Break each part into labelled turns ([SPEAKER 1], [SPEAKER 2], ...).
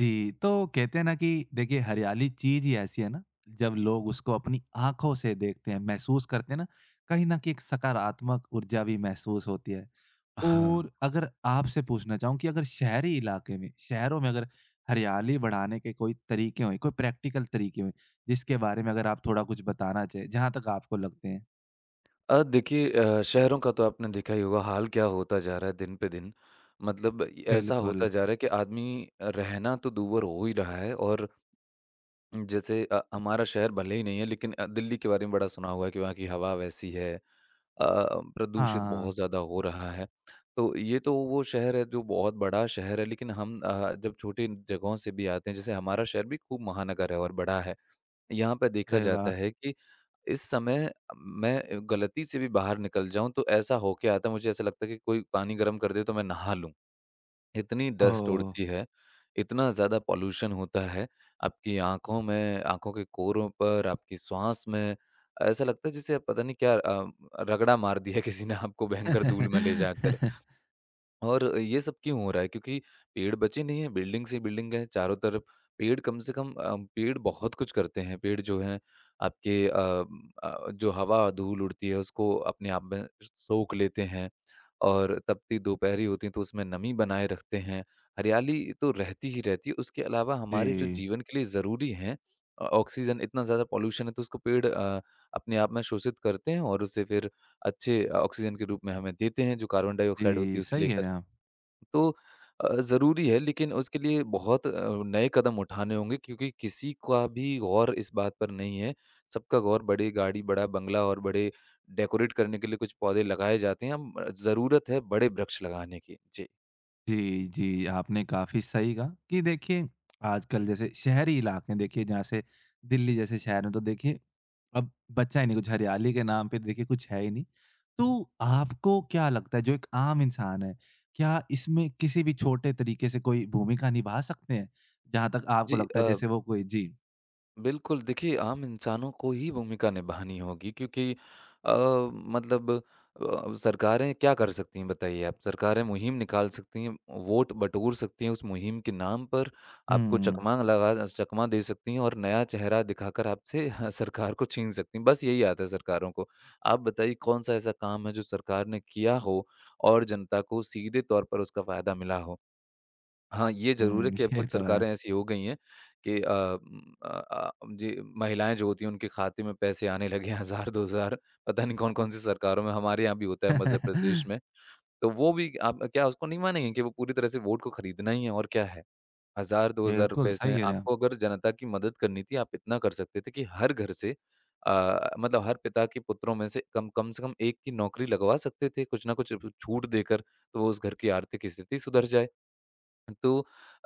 [SPEAKER 1] जी, तो कहते हैं ना कि देखिए हरियाली चीज़ ही ऐसी है ना, जब लोग उसको अपनी आँखों से देखते हैं, महसूस करते हैं ना, कहीं न कहीं एक सकारात्मक ऊर्जा भी महसूस होती है।
[SPEAKER 2] हाँ।
[SPEAKER 1] और अगर आपसे पूछना चाहूँ कि अगर शहरी इलाके में, शहरों में अगर हरियाली बढ़ाने के कोई तरीके हों, कोई प्रैक्टिकल तरीके हों, जिसके बारे में अगर आप थोड़ा कुछ बताना चाहें, जहाँ तक आपको लगते हैं?
[SPEAKER 2] देखिए शहरों का तो आपने देखा ही होगा हाल क्या होता जा रहा है दिन पे दिन। मतलब ऐसा
[SPEAKER 1] बिल्कुल।
[SPEAKER 2] होता जा रहा है कि आदमी रहना तो दूभर हो ही रहा है, और जैसे हमारा शहर भले ही नहीं है, लेकिन दिल्ली के बारे में बड़ा सुना हुआ है कि वहाँ की हवा वैसी है। प्रदूषित
[SPEAKER 1] हाँ।
[SPEAKER 2] बहुत ज़्यादा हो रहा है। तो ये तो वो शहर है जो बहुत बड़ा शहर है, लेकिन हम जब छोटी जगहों से भी आते हैं, जैसे हमारा शहर भी खूब महानगर है और बड़ा है। यहाँ पे देखा
[SPEAKER 1] अरे
[SPEAKER 2] जाता
[SPEAKER 1] वाह!
[SPEAKER 2] है कि इस समय मैं गलती से भी बाहर निकल जाऊँ तो ऐसा होके आता है, मुझे ऐसा लगता है कि कोई पानी गर्म कर दे तो मैं नहा लूँ। इतनी डस्ट
[SPEAKER 1] ओह!
[SPEAKER 2] उड़ती है, इतना ज़्यादा पॉल्यूशन होता है, आपकी आँखों में, आँखों के कोरों पर, आपकी श्वास में, ऐसा लगता है जैसे पता नहीं क्या रगड़ा मार दिया किसी ने आपको भयंकर धूल में ले जाकर। और ये सब क्यों हो रहा है? क्योंकि पेड़ बचे नहीं हैं, बिल्डिंग से बिल्डिंग है चारों तरफ। पेड़ कम से कम पेड़ बहुत कुछ करते हैं। पेड़ जो हैं आपके जो हवा, धूल उड़ती है उसको अपने आप में सोख लेते हैं, और तपती दोपहरें होती हैं तो उसमें नमी बनाए रखते हैं। हरियाली तो रहती ही रहती है, उसके अलावा हमारे जो
[SPEAKER 1] जी,
[SPEAKER 2] जीवन के लिए ज़रूरी हैं, ऑक्सीजन, इतना ज़्यादा पॉल्यूशन है तो उसको पेड़ अपने आप में शोषित करते हैं, और उसे फिर अच्छे ऑक्सीजन के रूप में हमें देते हैं, जो कार्बन डाइऑक्साइड होती
[SPEAKER 1] जी,
[SPEAKER 2] है उसे
[SPEAKER 1] सही कह
[SPEAKER 2] लेकर।
[SPEAKER 1] रहे हैं आप।
[SPEAKER 2] तो ज़रूरी है, लेकिन उसके लिए बहुत नए कदम उठाने होंगे, क्योंकि किसी का भी गौर इस बात पर नहीं है। सबका गौर बड़ी गाड़ी, बड़ा बंगला, और बड़े डेकोरेट करने के लिए कुछ पौधे लगाए जाते हैं। हम, ज़रूरत है बड़े वृक्ष लगाने की। जी।
[SPEAKER 1] जी, जी, आपने काफ़ी सही कहा कि देखिए, आजकल जैसे शहरी इलाके हैं, देखिए जहाँ से दिल्ली जैसे शहर में तो देखिए, अब बचा ही नहीं कुछ, हरियाली के नाम पे देखिए कुछ है ही नहीं। तो आपको क्या लगता है जो एक आम इंसान है, क्या इसमें किसी भी छोटे तरीके से कोई भूमिका निभा सकते हैं? जहाँ तक आपको
[SPEAKER 2] जी,
[SPEAKER 1] लगता है जैसे वो कोई जी।
[SPEAKER 2] बिल्कुल, देखिए आम इंसानों को ही भूमिका निभानी होगी, क्योंकि अ, मतलब सरकारें क्या कर सकती हैं, बताइए आप? सरकारें मुहिम निकाल सकती हैं, वोट बटोर सकती हैं उस मुहिम के नाम पर, आपको
[SPEAKER 1] हुँ,
[SPEAKER 2] चकमा लगा, चकमा दे सकती हैं, और नया चेहरा दिखाकर आपसे सरकार को छीन सकती हैं, बस यही आता है सरकारों को। आप बताइए कौन-सा ऐसा काम है जो सरकार ने किया हो और जनता को सीधे तौर पर उसका फ़ायदा मिला हो? हाँ, ये ज़रूर है
[SPEAKER 1] हुँ,
[SPEAKER 2] कि अब
[SPEAKER 1] ये
[SPEAKER 2] कुछ
[SPEAKER 1] तो है।
[SPEAKER 2] सरकारें ऐसी हो गई हैं कि जी, महिलाएँ जो होती हैं उनके खाते में पैसे आने लगे हैं, 1000 2000, पता नहीं कौन-कौन सी सरकारों में, हमारे यहाँ भी होता है मध्य प्रदेश में। तो वो भी, आप क्या उसको नहीं मानेंगे कि वो पूरी तरह से वोट को खरीदना ही है? और क्या है? 1000 2000
[SPEAKER 1] बिल्कुल,
[SPEAKER 2] रुपए
[SPEAKER 1] सही
[SPEAKER 2] इसमें
[SPEAKER 1] कह रहे हैं आप।
[SPEAKER 2] आपको अगर जनता की मदद करनी थी, आप इतना कर सकते थे कि हर घर से, मतलब हर पिता के पुत्रों में से कम कम से कम 1 की नौकरी लगवा सकते थे, कुछ ना कुछ छूट देकर, तो वो उस घर की आर्थिक स्थिति सुधर जाए। तो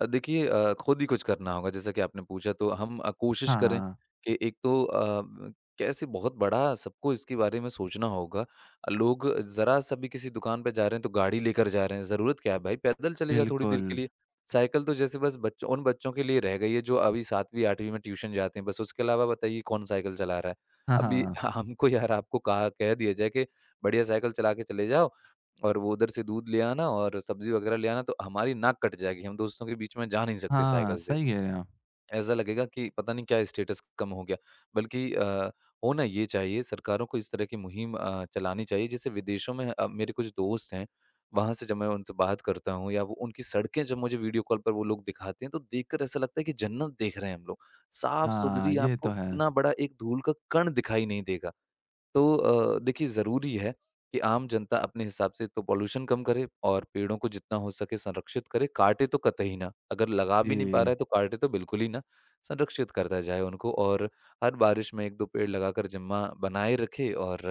[SPEAKER 2] देखिए खुद ही कुछ करना होगा, जैसा कि आपने पूछा। तो हम कोशिश करें
[SPEAKER 1] हाँ,
[SPEAKER 2] कि एक तो कैसे, बहुत बड़ा सबको इसके बारे में सोचना होगा। लोग ज़रा-सा भी किसी दुकान पे जा रहे हैं तो गाड़ी लेकर जा रहे हैं, ज़रूरत क्या है भाई? पैदल चले जाओ थोड़ी देर
[SPEAKER 1] बिल्कुल।
[SPEAKER 2] के लिए। साइकिल तो जैसे बस बच्चों उन बच्चों के लिए रह गई है जो अभी 7वीं 8वीं में ट्यूशन जाते हैं, बस उसके अलावा बताइए कौन साइकिल चला रहा है?
[SPEAKER 1] हाँ,
[SPEAKER 2] अभी
[SPEAKER 1] हाँ।
[SPEAKER 2] हमको, यार, आपको कहा, कह दिया जाए कि बढ़िया साइकिल चला के चले जाओ, और वो उधर से दूध ले आना और सब्ज़ी वग़ैरह ले आना, तो हमारी नाक कट जाएगी, हम दोस्तों के बीच में जा नहीं सकते
[SPEAKER 1] हाँ,
[SPEAKER 2] साइकिल से।
[SPEAKER 1] सही कह रहे हैं आप।
[SPEAKER 2] ऐसा लगेगा कि पता नहीं क्या स्टेटस कम हो गया। बल्कि होना ये चाहिए, सरकारों को इस तरह की मुहिम चलानी चाहिए। जैसे विदेशों में मेरे कुछ दोस्त हैं, वहाँ से जब मैं उनसे बात करता हूँ, या वो, उनकी सड़कें जब मुझे वीडियो कॉल पर वो लोग दिखाते हैं, तो देखकर ऐसा लगता है कि जन्नत देख रहे हैं हम लोग।
[SPEAKER 1] हाँ,
[SPEAKER 2] साफ़-सुथरी,
[SPEAKER 1] ये तो
[SPEAKER 2] आपको
[SPEAKER 1] है।
[SPEAKER 2] इतना बड़ा एक धूल का कण दिखाई नहीं देगा। तो देखिए, ज़रूरी है कि आम जनता अपने हिसाब से तो पॉल्यूशन कम करे, और पेड़ों को जितना हो सके संरक्षित करे, काटे तो कतई ना। अगर लगा भी नहीं पा
[SPEAKER 1] जी।
[SPEAKER 2] रहा है, तो काटे तो बिल्कुल ही ना। संरक्षित करता जाए उनको, और हर बारिश में 1-2 पेड़ लगाकर ज़िम्मा बनाए रखे, और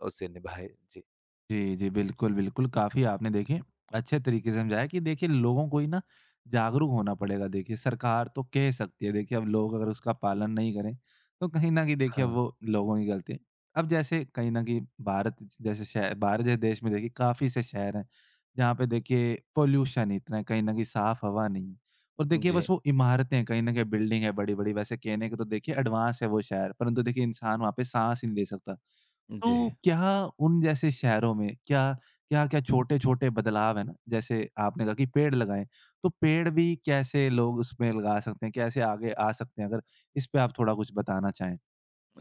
[SPEAKER 2] उसे निभाए। जी।
[SPEAKER 1] जी, जी। बिल्कुल, बिल्कुल। काफ़ी आपने देखिए अच्छे तरीके से समझाया कि देखिए लोगों को ही ना जागरूक होना पड़ेगा। देखिए सरकार तो कह सकती है देखिए अब लोग अगर उसका पालन नहीं करें, तो कहीं न कहीं देखिए अब
[SPEAKER 2] हाँ।
[SPEAKER 1] वो लोगों की गलती है। अब जैसे कहीं न कहीं भारत जैसे शहर भारत जैसे देश में देखिए काफ़ी से शहर हैं, जहाँ पे देखिए पॉल्यूशन इतना है, कहीं न कहीं साफ़ हवा नहीं है। और देखिए बस
[SPEAKER 2] जी।
[SPEAKER 1] वो इमारतें कहीं न कहीं बिल्डिंग है बड़ी-बड़ी वैसे कहने को तो देखिए एडवांस है वो शहर, परंतु देखिए इंसान वहाँ पे साँस ही नहीं ले सकता।
[SPEAKER 2] जी।
[SPEAKER 1] तो क्या उन जैसे शहरों में क्या क्या-क्या छोटे-छोटे बदलाव हैं ना, जैसे आपने कहा कि पेड़ लगाएँ, तो पेड़ भी कैसे लोग उसमें लगा सकते हैं? कैसे आगे आ सकते हैं? अगर इस पे आप थोड़ा कुछ बताना चाहें।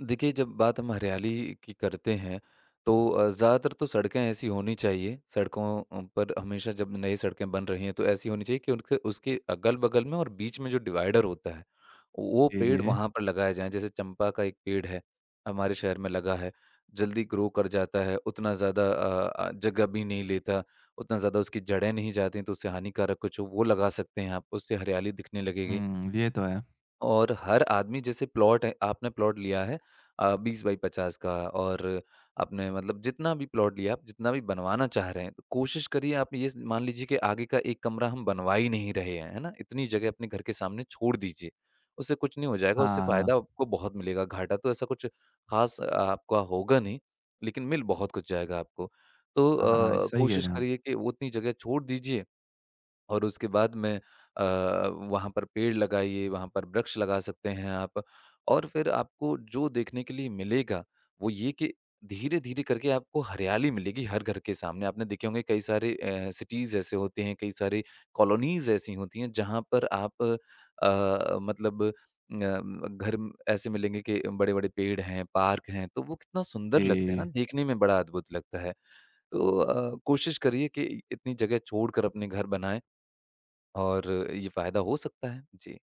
[SPEAKER 2] देखिए, जब बात हम हरियाली की करते हैं, तो ज़्यादातर तो सड़कें ऐसी होनी चाहिए, सड़कों पर हमेशा जब नई सड़कें बन रही हैं, तो ऐसी होनी चाहिए कि उनके उसके अगल-बगल में और बीच में जो डिवाइडर होता है, वो
[SPEAKER 1] जी,
[SPEAKER 2] पेड़
[SPEAKER 1] जी।
[SPEAKER 2] वहाँ पर लगाए जाएँ। जैसे चंपा का एक पेड़ है, हमारे शहर में लगा है, जल्दी ग्रो कर जाता है, उतना ज़्यादा जगह भी नहीं लेता, उतना ज़्यादा उसकी जड़ें नहीं जाती हैं, तो उससे हानिकारक कुछ हो, वो लगा सकते हैं आप, उससे हरियाली दिखने लगेगी।
[SPEAKER 1] हुँ, ये तो है।
[SPEAKER 2] और हर आदमी, जैसे प्लॉट है, आपने प्लॉट लिया है 20 बाई 50 का, और आपने, मतलब जितना भी प्लॉट लिया, आप जितना भी बनवाना चाह रहे हैं, तो कोशिश करिए, आप ये मान लीजिए कि आगे का एक कमरा हम बनवा ही नहीं रहे हैं, है ना, इतनी जगह अपने घर के सामने छोड़ दीजिए। उससे कुछ नहीं हो जाएगा, उससे
[SPEAKER 1] हाँ,
[SPEAKER 2] फायदा
[SPEAKER 1] हाँ।
[SPEAKER 2] आपको बहुत मिलेगा, घाटा तो ऐसा कुछ खास आपका होगा नहीं, लेकिन मिल बहुत कुछ जाएगा आपको। तो
[SPEAKER 1] हाँ, हाँ, सही कह
[SPEAKER 2] कोशिश
[SPEAKER 1] रहे हैं आप।
[SPEAKER 2] करिए कि उतनी जगह छोड़ दीजिए, और उसके बाद में अ, वहाँ पर पेड़ लगाइए, वहाँ पर वृक्ष लगा सकते हैं आप, और फिर आपको जो देखने के लिए मिलेगा, वो ये कि धीरे-धीरे करके आपको हरियाली मिलेगी हर घर के सामने। आपने देखे होंगे, कई सारे सिटीज़ ऐसे होते हैं, कई सारी कॉलोनीज़ ऐसी होती हैं, जहाँ पर आप मतलब घर में ऐसे मिलेंगे कि बड़े-बड़े पेड़ हैं, पार्क हैं, तो वो कितना सुंदर लगता है ना,
[SPEAKER 1] जी।
[SPEAKER 2] देखने में बड़ा अद्भुत लगता है। तो कोशिश करिए कि इतनी जगह छोड़कर अपने घर बनाएँ। और ये फ़ायदा हो सकता है। जी।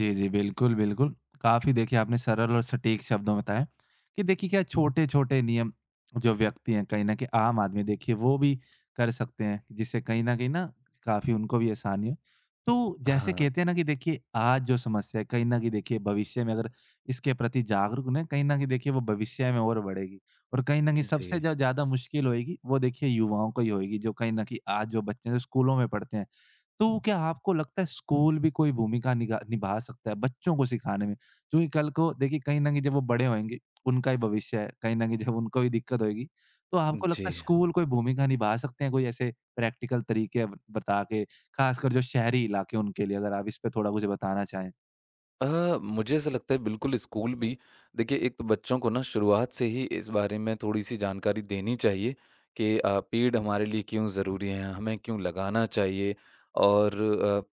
[SPEAKER 1] जी, जी। बिल्कुल, बिल्कुल। काफ़ी देखिए आपने सरल और सटीक शब्दों में बताया कि देखिए क्या छोटे-छोटे नियम जो व्यक्ति हैं कहीं न कहीं आम आदमी देखिए वो भी कर सकते हैं, जिससे कहीं न कहीं ना काफ़ी उनको भी आसानी हो। तो जैसे
[SPEAKER 2] हाँ।
[SPEAKER 1] कहते हैं ना कि देखिए आज जो समस्या है कहीं न कहीं देखिए भविष्य में अगर इसके प्रति जागरूक ना कहीं न कहीं देखिए वो भविष्य में और बढ़ेगी और कहीं न कहीं
[SPEAKER 2] जी।
[SPEAKER 1] सबसे जो ज़्यादा मुश्किल होएगी वो देखिए युवाओं को ही होएगी, जो कहीं न कहीं आज जो बच्चे हैं जो स्कूलों में पढ़ते हैं। तो क्या आपको लगता है स्कूल भी कोई भूमिका निगा निभा सकता है बच्चों को सिखाने में? क्योंकि कल को देखिए कहीं न कहीं जब वो बड़े होएँगे, उनका ही भविष्य है, कहीं न कहीं जब उनको भी दिक्कत होएगी, तो आपको
[SPEAKER 2] जी।
[SPEAKER 1] लगता है स्कूल कोई भूमिका निभा सकते हैं, कोई ऐसे प्रैक्टिकल तरीके अब बता के, खासकर जो शहरी इलाके हैं उनके लिए? अगर आप इस पे थोड़ा कुछ बताना चाहें।
[SPEAKER 2] मुझे ऐसा लगता है, बिल्कुल स्कूल भी, देखिए एक तो बच्चों को ना शुरुआत से ही इस बारे में थोड़ी-सी जानकारी देनी चाहिए कि पेड़ हमारे लिए क्यों ज़रूरी हैं, हमें क्यों लगाना चाहिए। और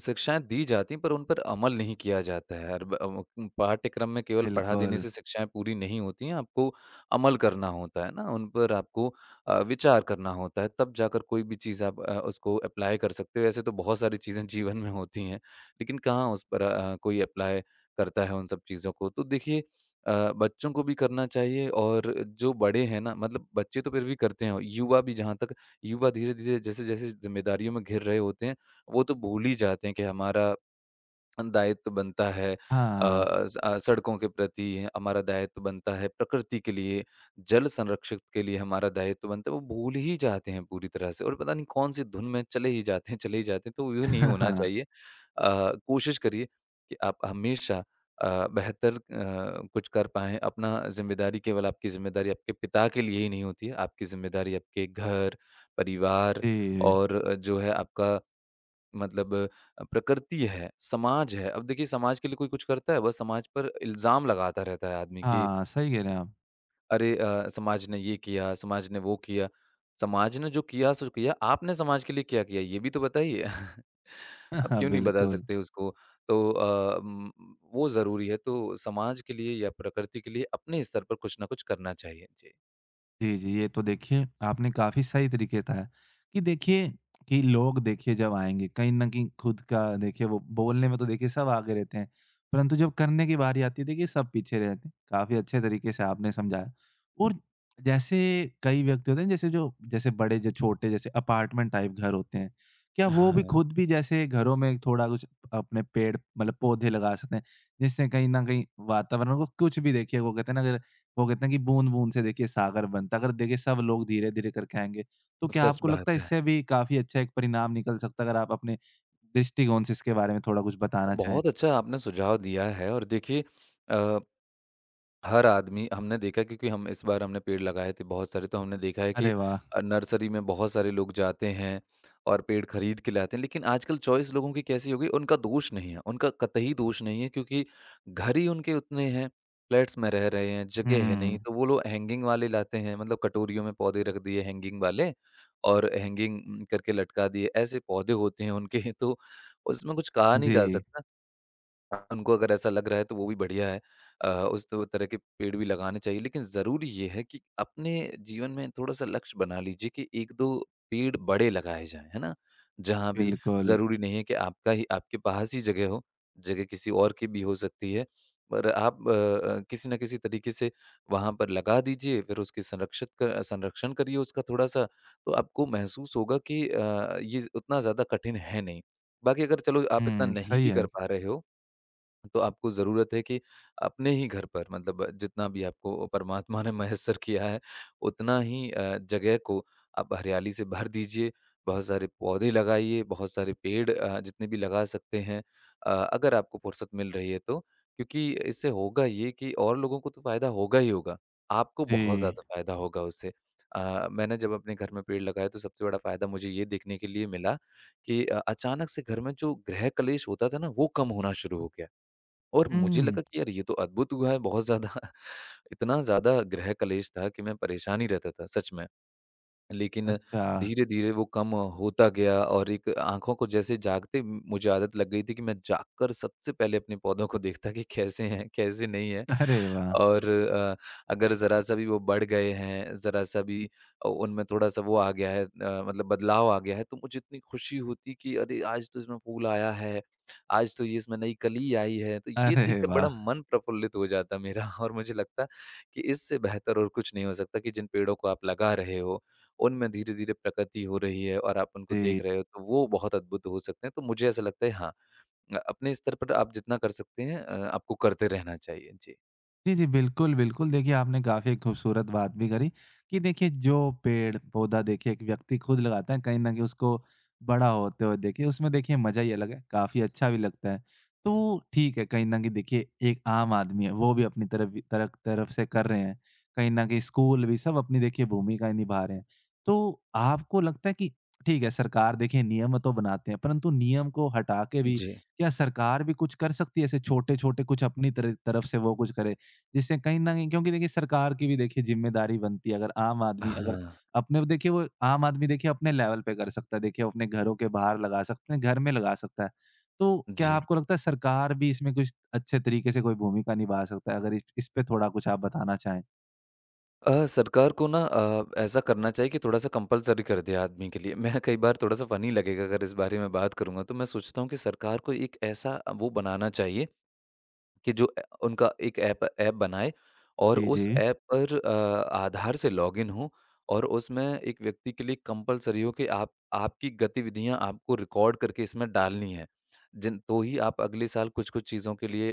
[SPEAKER 2] शिक्षाएँ दी जाती हैं, पर उन पर अमल नहीं किया जाता है। पाठ्यक्रम में केवल पढ़ा देने
[SPEAKER 1] बिल्कुल।
[SPEAKER 2] से शिक्षाएँ पूरी नहीं होती हैं, आपको अमल करना होता है ना, उन पर आपको विचार करना होता है, तब जाकर कोई भी चीज़ आप उसको अप्लाई कर सकते हो। ऐसे तो बहुत सारी चीज़ें जीवन में होती हैं, लेकिन कहाँ उस पर कोई अप्लाई करता है उन सब चीज़ों को। तो देखिए बच्चों को भी करना चाहिए, और जो बड़े हैं ना, मतलब बच्चे तो फिर भी करते हैं, युवा भी, जहाँ तक युवा, धीरे-धीरे जैसे-जैसे ज़िम्मेदारियों में घिर रहे होते हैं, वो तो भूल ही जाते हैं कि हमारा दायित्व बनता है, अ,
[SPEAKER 1] हाँ।
[SPEAKER 2] सड़कों के प्रति हमारा दायित्व बनता है, प्रकृति के लिए, जल संरक्षक के लिए हमारा दायित्व बनता है, वो भूल ही जाते हैं पूरी तरह से, और पता नहीं कौन सी धुन में चले ही जाते हैं, चले ही जाते हैं। तो यूँ नहीं होना
[SPEAKER 1] हाँ
[SPEAKER 2] चाहिए। अ, कोशिश करिए कि आप हमेशा बेहतर कुछ कर पाएं अपना। जिम्मेदारी, केवल आपकी जिम्मेदारी आपके पिता के लिए ही नहीं होती है, आपकी जिम्मेदारी आपके घर, परिवार,
[SPEAKER 1] जी।
[SPEAKER 2] और जो है आपका, प्रकृति है, समाज है। अब देखिए समाज के लिए कोई कुछ करता है, बस समाज पर इल्ज़ाम लगाता रहता है आदमी कि,
[SPEAKER 1] हाँ, सही कह रहे हैं आप।
[SPEAKER 2] अरे समाज ने ये किया, समाज ने वो किया। समाज ने जो किया सो किया, आपने समाज के लिए क्या किया ये भी तो बताइए। आप क्यों नहीं बता
[SPEAKER 1] बिल्कुल।
[SPEAKER 2] सकते उसको? तो वो ज़रूरी है तो समाज के लिए या प्रकृति के लिए अपने स्तर पर कुछ ना कुछ करना चाहिए। जी।
[SPEAKER 1] जी, जी। ये तो देखिए आपने काफ़ी सही तरीके बताया कि देखिए कि लोग देखिए जब आएँगे कहीं न कहीं खुद का देखिए वो बोलने में तो देखिए सब आगे रहते हैं, परंतु जब करने की बारी आती है देखिए सब पीछे रहते हैं। काफ़ी अच्छे तरीके से आपने समझाया और जैसे कई व्यक्ति होते हैं जैसे जो जैसे बड़े जो छोटे जैसे अपार्टमेंट टाइप घर होते हैं, क्या वो भी
[SPEAKER 2] हाँ,
[SPEAKER 1] खुद भी जैसे घरों में थोड़ा कुछ अपने पेड़ मतलब पौधे लगा सकते हैं? जिससे कहीं न कहीं वातावरण को कुछ भी देखिए वो कहते हैं ना अगर वो कहते हैं कि बूंद-बूंद से देखिए सागर बनता है, अगर देखिए सब लोग धीरे-धीरे करके आएँगे, तो क्या
[SPEAKER 2] सच
[SPEAKER 1] आपको लगता है
[SPEAKER 2] बात है।
[SPEAKER 1] इससे भी काफ़ी अच्छा एक परिणाम निकल सकता है? अगर आप अपने दृष्टिकोण से इसके बारे में थोड़ा कुछ बताना चाहें?
[SPEAKER 2] बहुत अच्छा आपने सुझाव दिया है और देखिए अ, हर आदमी हमने देखा क्योंकि हम इस बार हमने पेड़ लगाए थे बहुत सारे, तो हमने देखा है कि
[SPEAKER 1] अरे वाह!
[SPEAKER 2] नर्सरी में बहुत सारे लोग जाते हैं और पेड़ खरीद के लाते हैं। लेकिन आजकल चॉइस लोगों की कैसी हो गई, उनका दोष नहीं है, उनका कतई दोष नहीं है क्योंकि घर ही उनके उतने हैं, फ्लैट्स में रह रहे हैं, जगह है
[SPEAKER 1] हुँ।
[SPEAKER 2] नहीं, तो वो लोग हैंगिंग वाले लाते हैं। मतलब कटोरियों में पौधे रख दिए हैंगिंग वाले और हैंगिंग करके लटका दिए, ऐसे पौधे होते हैं उनके, तो उसमें कुछ कहा नहीं जा
[SPEAKER 1] जी,
[SPEAKER 2] सकता। उनको अगर ऐसा लग रहा है तो वो भी बढ़िया है। उस तरह के पेड़ भी लगाने चाहिए लेकिन ज़रूरी ये है कि अपने जीवन में थोड़ा-सा लक्ष्य बना लीजिए कि 1-2 पेड़ बड़े लगाए जाएँ, है ना? जहाँ भी
[SPEAKER 1] बिल्कुल।
[SPEAKER 2] ज़रूरी नहीं है कि आपका ही आपके पास ही जगह हो, जगह किसी और की भी हो सकती है। पर आप किसी न किसी तरीके से वहाँ पर लगा दीजिए, फिर उसकी संरक्षित क संरक्षण करिए उसका थोड़ा-सा। तो आपको महसूस होगा कि ये उतना ज़्यादा कठिन है नहीं। बाकी अगर चलो आप इतना
[SPEAKER 1] हुँ,
[SPEAKER 2] नहीं
[SPEAKER 1] सही
[SPEAKER 2] भी
[SPEAKER 1] है।
[SPEAKER 2] कर पा रहे हो, तो आपको ज़रूरत है कि अपने ही घर पर मतलब जितना भी आपको परमात्मा ने मयस्सर किया है, उतना ही जगह को आप हरियाली से भर दीजिए। बहुत सारे पौधे लगाइए, बहुत सारे पेड़ जितने भी लगा सकते हैं अगर आपको फ़ुर्सत मिल रही है तो। क्योंकि इससे होगा ये कि और लोगों को तो फ़ायदा होगा ही होगा, आपको बहुत
[SPEAKER 1] जी।
[SPEAKER 2] ज़्यादा फ़ायदा होगा उससे। मैंने जब अपने घर में पेड़ लगाए तो सबसे बड़ा फ़ायदा मुझे ये देखने के लिए मिला कि अचानक से घर में जो गृह कलेश होता था ना, वो कम होना शुरू हो गया। और मुझे
[SPEAKER 1] हुँ,
[SPEAKER 2] लगा कि यार ये तो अद्भुत हुआ है बहुत ज़्यादा। इतना ज़्यादा ग्रह कलेश था कि मैं परेशान ही रहता था सच में। लेकिन
[SPEAKER 1] अच्छा।
[SPEAKER 2] धीरे-धीरे वो कम होता गया और एक आँखों को जैसे जागते मुझे आदत लग गई थी कि मैं जागकर सबसे पहले अपने पौधों को देखता कि कैसे हैं, कैसे नहीं हैं।
[SPEAKER 1] अरे वाह!
[SPEAKER 2] और अगर ज़रा-सा भी वो बढ़ गए हैं, ज़रा-सा भी उनमें थोड़ा-सा वो आ गया है, मतलब बदलाव आ गया है, तो मुझे इतनी खुशी होती कि अरे! आज तो इसमें फूल आया है, आज तो ये इसमें नई कली आई है। तो ये
[SPEAKER 1] अरे
[SPEAKER 2] देखकर बड़ा
[SPEAKER 1] वाह!
[SPEAKER 2] मन प्रफुल्लित हो जाता मेरा। और मुझे लगता कि इससे बेहतर और कुछ नहीं हो सकता कि जिन पेड़ों को आप लगा रहे हो उनमें धीरे-धीरे प्रगति हो रही है और आप उनको
[SPEAKER 1] जी।
[SPEAKER 2] देख रहे हो, तो वो बहुत अद्भुत हो सकते हैं। तो मुझे ऐसा लगता है हाँ, अपने स्तर पर आप जितना कर सकते हैं आपको करते रहना चाहिए। जी।
[SPEAKER 1] जी, जी। बिल्कुल, बिल्कुल। देखिए, आपने काफ़ी एक खूबसूरत बात भी करी कि देखिए, जो पेड़-पौधा देखिए एक व्यक्ति खुद लगाता है, कहीं न कहीं उसको बड़ा होते हुए देखिए, उसमें देखिए मज़ा ही अलग है, काफ़ी अच्छा भी लगता है। तो ठीक है, कहीं न कहीं देखिए एक आम आदमी है, वो भी अपनी तरफ भी तरफ तरफ से कर रहे हैं। कहीं न कहीं स्कूल भी सब अपनी देखिए भूमिकाएँ निभा रहे हैं। तो आपको लगता है कि ठीक है, सरकार देखिए नियम तो बनाते हैं, परंतु नियम को हटा के भी
[SPEAKER 2] जी।
[SPEAKER 1] क्या सरकार भी कुछ कर सकती है? ऐसे छोटे-छोटे कुछ अपनी तर तरफ से वो कुछ करे? जिससे कहीं न कहीं क्योंकि देखिए सरकार की भी देखिए ज़िम्मेदारी बनती है, अगर आम आदमी
[SPEAKER 2] हाँ,
[SPEAKER 1] अगर अपने देखिए वो आम आदमी देखिए अपने लेवल पे कर सकता है, देखिए वो अपने घरों के बाहर लगा सकते हैं, घर में लगा सकता है। तो क्या
[SPEAKER 2] जी।
[SPEAKER 1] आपको लगता है सरकार भी इसमें कुछ अच्छे तरीके से कोई भूमिका निभा सकता है? अगर इस पे थोड़ा कुछ आप बताना चाहें?
[SPEAKER 2] सरकार को ना ऐसा करना चाहिए कि थोड़ा-सा कंपल्सरी कर दे आदमी के लिए। मैं कई बार थोड़ा-सा फ़नी लगेगा अगर इस बारे में बात करूँगा, तो मैं सोचता हूँ कि सरकार को एक ऐसा वो बनाना चाहिए कि जो उनका एक ऐप ऐप बनाए और
[SPEAKER 1] जी, जी।
[SPEAKER 2] उस ऐप पर आधार से लॉगिन हो और उसमें एक व्यक्ति के लिए कंपल्सरी हो कि आप आपकी गतिविधियां आपको रिकॉर्ड करके इसमें डालनी है, जिन तो ही आप अगले साल कुछ कुछ चीज़ों के लिए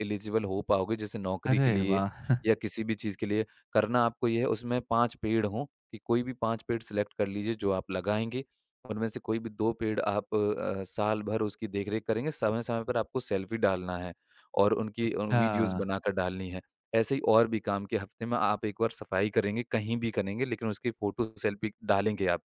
[SPEAKER 2] एलिजिबल हो पाओगे, जैसे नौकरी
[SPEAKER 1] अरे
[SPEAKER 2] के लिए
[SPEAKER 1] वाह!
[SPEAKER 2] या किसी भी चीज़ के लिए। करना आपको ये है उसमें पांच पेड़ हों कि कोई भी पांच पेड़ सिलेक्ट कर लीजिए जो आप लगाएंगे, उनमें से कोई भी दो पेड़ आप साल भर उसकी देखरेख करेंगे, समय समय पर आपको सेल्फी डालना है और उनकी
[SPEAKER 1] अच्छा।
[SPEAKER 2] वीडियोज़ बनाकर डालनी है। ऐसे ही और भी काम कि हफ्ते में आप एक बार सफाई करेंगे, कहीं भी करेंगे लेकिन उसकी फ़ोटो सेल्फ़ी डालेंगे आप।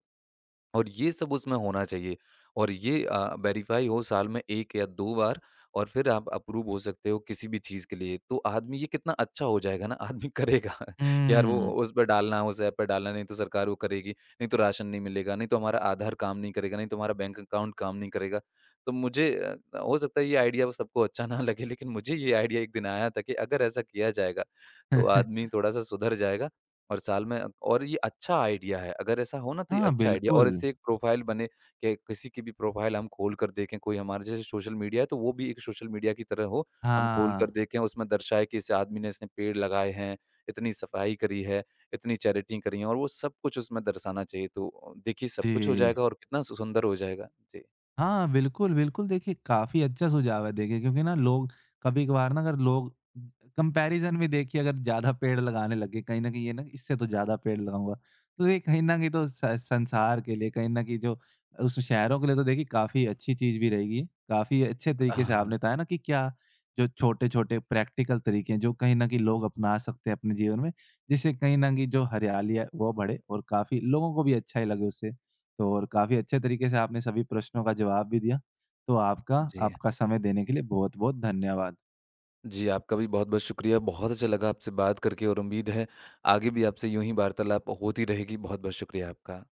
[SPEAKER 2] और ये सब उसमें होना चाहिए और ये वेरीफ़ाई हो साल में 1 या 2 बार और फिर आप अप्रूव हो सकते हो किसी भी चीज़ के लिए। तो आदमी ये कितना अच्छा हो जाएगा ना, आदमी करेगा कि यार वो
[SPEAKER 1] हुँ।
[SPEAKER 2] उस पे डालना है, उस ऐप पे डालना है, नहीं तो सरकार वो करेगी, नहीं तो राशन नहीं मिलेगा, नहीं तो हमारा आधार काम नहीं करेगा, नहीं तो हमारा बैंक अकाउंट काम नहीं करेगा। तो मुझे हो सकता है ये आइडिया सबको अच्छा ना लगे, लेकिन मुझे ये आइडिया एक दिन आया था कि अगर ऐसा किया जाएगा, तो आदमी थोड़ा-सा सुधर जाएगा। और साल में और ये अच्छा आइडिया है, अगर ऐसा हो ना तो ये
[SPEAKER 1] हाँ,
[SPEAKER 2] अच्छा आइडिया
[SPEAKER 1] बिल्कुल।
[SPEAKER 2] और इससे एक प्रोफ़ाइल बने कि किसी की भी प्रोफ़ाइल हम खोल कर देखें, कोई हमारे जैसे सोशल मीडिया है तो वो भी एक सोशल मीडिया की तरह हो, हम खोल कर
[SPEAKER 1] हाँ।
[SPEAKER 2] देखें उसमें दर्शाए कि इस आदमी ने इसने पेड़ लगाए हैं, इतनी सफाई करी है, इतनी चैरिटी करी है और वो सब कुछ उसमें दर्शाना चाहिए, तो देखिए सब कुछ हो
[SPEAKER 1] जी।
[SPEAKER 2] जाएगा और कितना सु सुंदर हो जाएगा। जी।
[SPEAKER 1] हाँ, बिल्कुल, बिल्कुल देखिए काफ़ी अच्छा सुझाव है देखिए क्योंकि ना लोग कभी-कभार ना अगर लोग कंपैरिज़न भी देखिए अगर ज़्यादा पेड़ लगाने लगे कहीं न कहीं ये ना इससे तो ज़्यादा पेड़ लगाऊँगा। तो ये कहीं न कहीं तो स संसार के लिए कहीं न कहीं जो उस शहरों के लिए तो देखिए काफ़ी अच्छी चीज़ भी रहेगी। काफ़ी अच्छे तरीके से
[SPEAKER 2] हाँ,
[SPEAKER 1] आपने बताया ना कि क्या जो छोटे-छोटे प्रैक्टिकल तरीके हैं जो कहीं न कहीं लोग अपना सकते हैं अपने जीवन में, जिससे कहीं न कहीं जो हरियाली है वो बढ़े और काफ़ी लोगों को भी अच्छा ही लगे उससे। तो और काफ़ी अच्छे तरीके से आपने सभी प्रश्नों का जवाब भी दिया। तो आपका
[SPEAKER 2] जी।
[SPEAKER 1] आपका समय देने के लिए बहुत-बहुत धन्यवाद।
[SPEAKER 2] जी, आपका भी बहुत-बहुत शुक्रिया, बहुत अच्छा लगा आपसे बात करके और उम्मीद है आगे भी आपसे यूँ ही वार्तालाप होती रहेगी। बहुत-बहुत शुक्रिया आपका।